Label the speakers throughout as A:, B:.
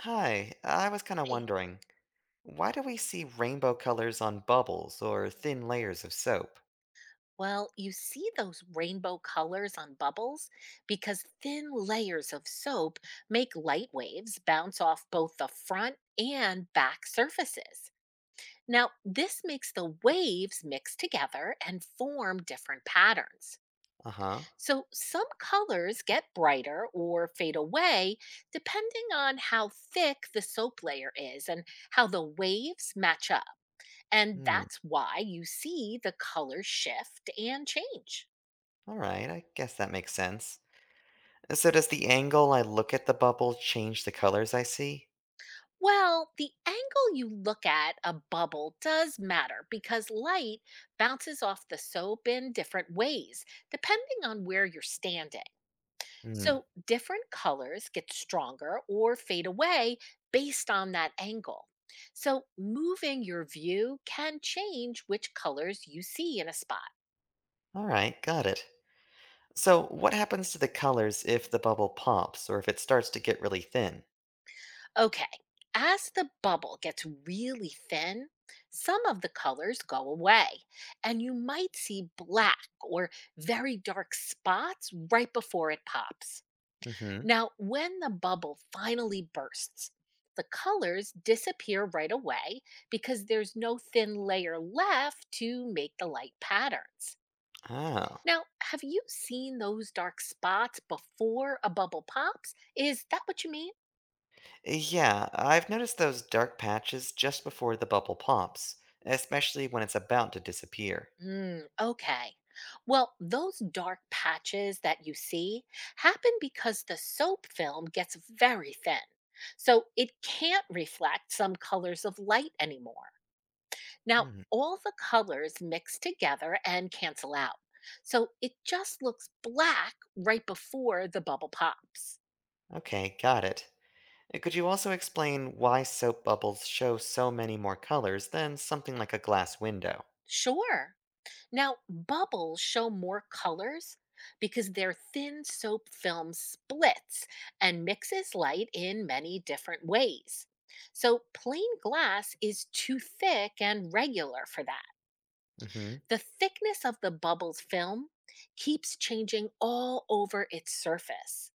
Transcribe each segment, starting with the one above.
A: Hi, I was kind of
B: Hey.
A: wondering, why do we see rainbow colors on bubbles or thin layers of soap?
B: Well, you see those rainbow colors on bubbles because thin layers of soap make light waves bounce off both the front and back surfaces. Now, this makes the waves mix together and form different patterns.
A: Uh-huh.
B: So, some colors get brighter or fade away depending on how thick the soap layer is and how the waves match up. And
A: Hmm.
B: that's why you see the colors shift and change.
A: All right, I guess that makes sense. So does the angle I look at the bubble change the colors I see?
B: Well, the angle you look at a bubble does matter because light bounces off the soap in different ways, depending on where you're standing.
A: Hmm.
B: So, different colors get stronger or fade away based on that angle. So, moving your view can change which colors you see in a spot.
A: All right, got it. So what happens to the colors if the bubble pops or if it starts to get really thin?
B: Okay, as the bubble gets really thin, some of the colors go away, and you might see black or very dark spots right before it pops.
A: Mm-hmm.
B: Now, when the bubble finally bursts, the colors disappear right away because there's no thin layer left to make the light patterns.
A: Oh.
B: Now, have you seen those dark spots before a bubble pops? Is that what you mean?
A: Yeah, I've noticed those dark patches just before the bubble pops, especially when it's about to disappear.
B: Mm, okay. Well, those dark patches that you see happen because the soap film gets very thin. So it can't reflect some colors of light anymore. Now,
A: Hmm.
B: all the colors mix together and cancel out. So it just looks black right before the bubble pops.
A: Okay, got it. Could you also explain why soap bubbles show so many more colors than something like a glass window?
B: Sure. Now, bubbles show more colors because their thin soap film splits and mixes light in many different ways. So, plain glass is too thick and regular for that.
A: Mm-hmm.
B: The thickness of the bubble's film keeps changing all over its surface.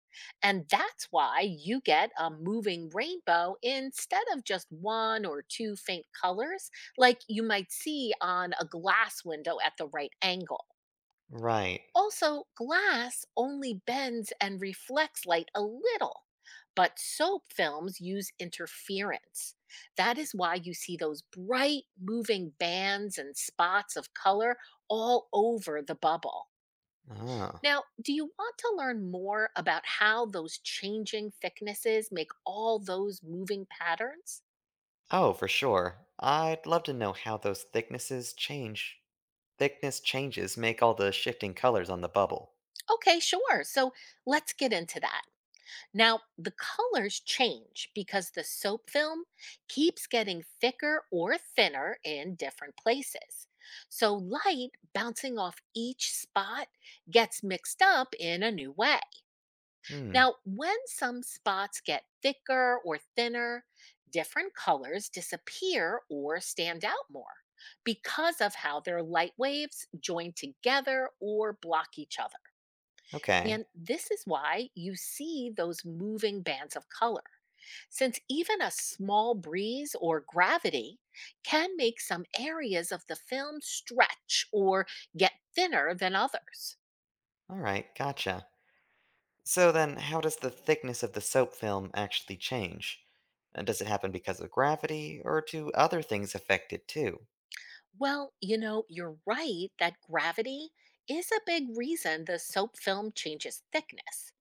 B: And that's why you get a moving rainbow instead of just one or two faint colors, like you might see on a glass window at the right angle.
A: Right.
B: Also, glass only bends and reflects light a little, but soap films use interference. That is why you see those bright moving bands and spots of color all over the bubble.
A: Oh.
B: Now, do you want to learn more about how those changing thicknesses make all those moving patterns?
A: Oh, for sure. I'd love to know how those thicknesses change. Thickness changes make all the shifting colors on the bubble.
B: Okay, sure. So let's get into that. Now, the colors change because the soap film keeps getting thicker or thinner in different places. So, light bouncing off each spot gets mixed up in a new way.
A: Hmm.
B: Now, when some spots get thicker or thinner, different colors disappear or stand out more because of how their light waves join together or block each other.
A: Okay.
B: And this is why you see those moving bands of color, since even a small breeze or gravity can make some areas of the film stretch or get thinner than others.
A: All right, gotcha. So then, how does the thickness of the soap film actually change? And does it happen because of gravity, or do other things affect it too?
B: Well, you're right that gravity is a big reason the soap film changes thickness.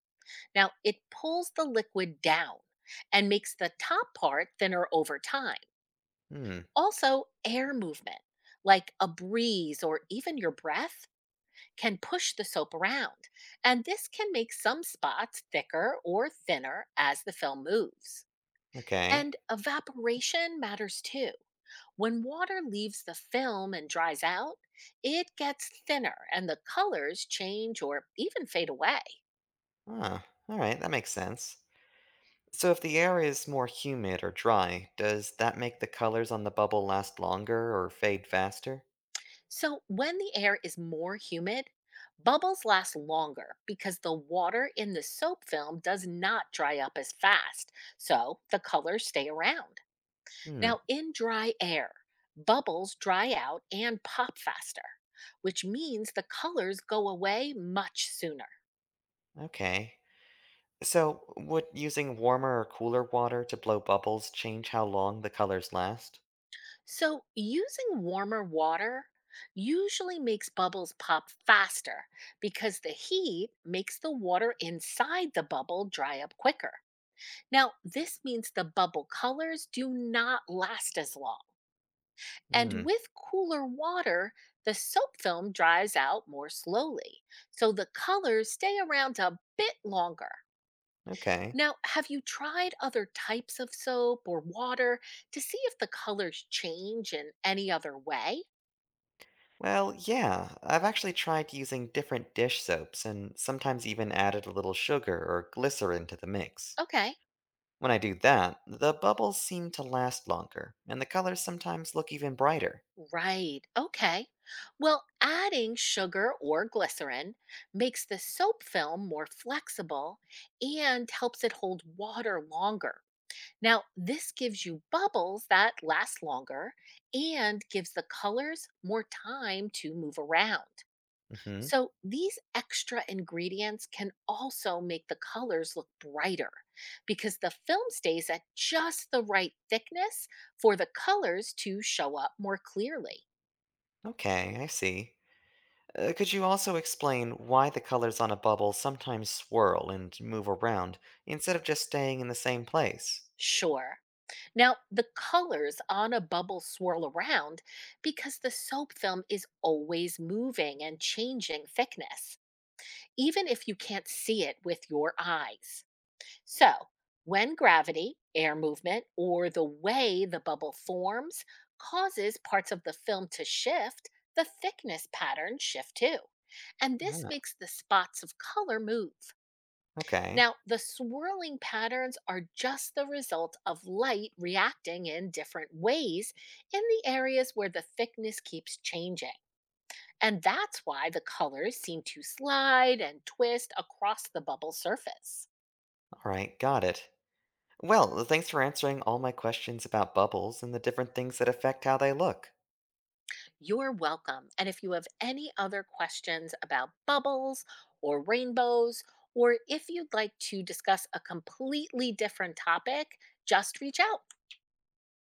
B: Now, it pulls the liquid down and makes the top part thinner over time.
A: Hmm.
B: Also, air movement, like a breeze or even your breath, can push the soap around. And this can make some spots thicker or thinner as the film moves.
A: Okay.
B: And evaporation matters too. When water leaves the film and dries out, it gets thinner and the colors change or even fade away.
A: Ah, all right, that makes sense. So if the air is more humid or dry, does that make the colors on the bubble last longer or fade faster?
B: So, when the air is more humid, bubbles last longer because the water in the soap film does not dry up as fast, so the colors stay around.
A: Hmm,
B: Now, in dry air, bubbles dry out and pop faster, which means the colors go away much sooner.
A: okay. So would using warmer or cooler water to blow bubbles change how long the colors last?
B: So, using warmer water usually makes bubbles pop faster because the heat makes the water inside the bubble dry up quicker. Now, this means the bubble colors do not last as long.
A: Hmm,
B: And with cooler water, the soap film dries out more slowly, so the colors stay around a bit longer.
A: okay.
B: Now, have you tried other types of soap or water to see if the colors change in any other way?
A: Well, yeah, I've actually tried using different dish soaps and sometimes even added a little sugar or glycerin to the mix.
B: Okay.
A: When I do that, the bubbles seem to last longer, and the colors sometimes look even brighter.
B: Right. Okay. Well, adding sugar or glycerin makes the soap film more flexible and helps it hold water longer. Now, this gives you bubbles that last longer and gives the colors more time to move around.
A: Hmm.
B: So, these extra ingredients can also make the colors look brighter because the film stays at just the right thickness for the colors to show up more clearly.
A: Okay, I see. Could you also explain why the colors on a bubble sometimes swirl and move around instead of just staying in the same place?
B: Sure. Now, the colors on a bubble swirl around because the soap film is always moving and changing thickness, even if you can't see it with your eyes. So, when gravity, air movement, or the way the bubble forms causes parts of the film to shift, the thickness patterns shift too. And this
A: Ah,
B: makes the spots of color move.
A: okay,
B: Now, the swirling patterns are just the result of light reacting in different ways in the areas where the thickness keeps changing. And that's why the colors seem to slide and twist across the bubble surface.
A: alright, got it. Well, thanks for answering all my questions about bubbles and the different things that affect how they look.
B: You're welcome. And if you have any other questions about bubbles or rainbows, or if you'd like to discuss a completely different topic, just reach out.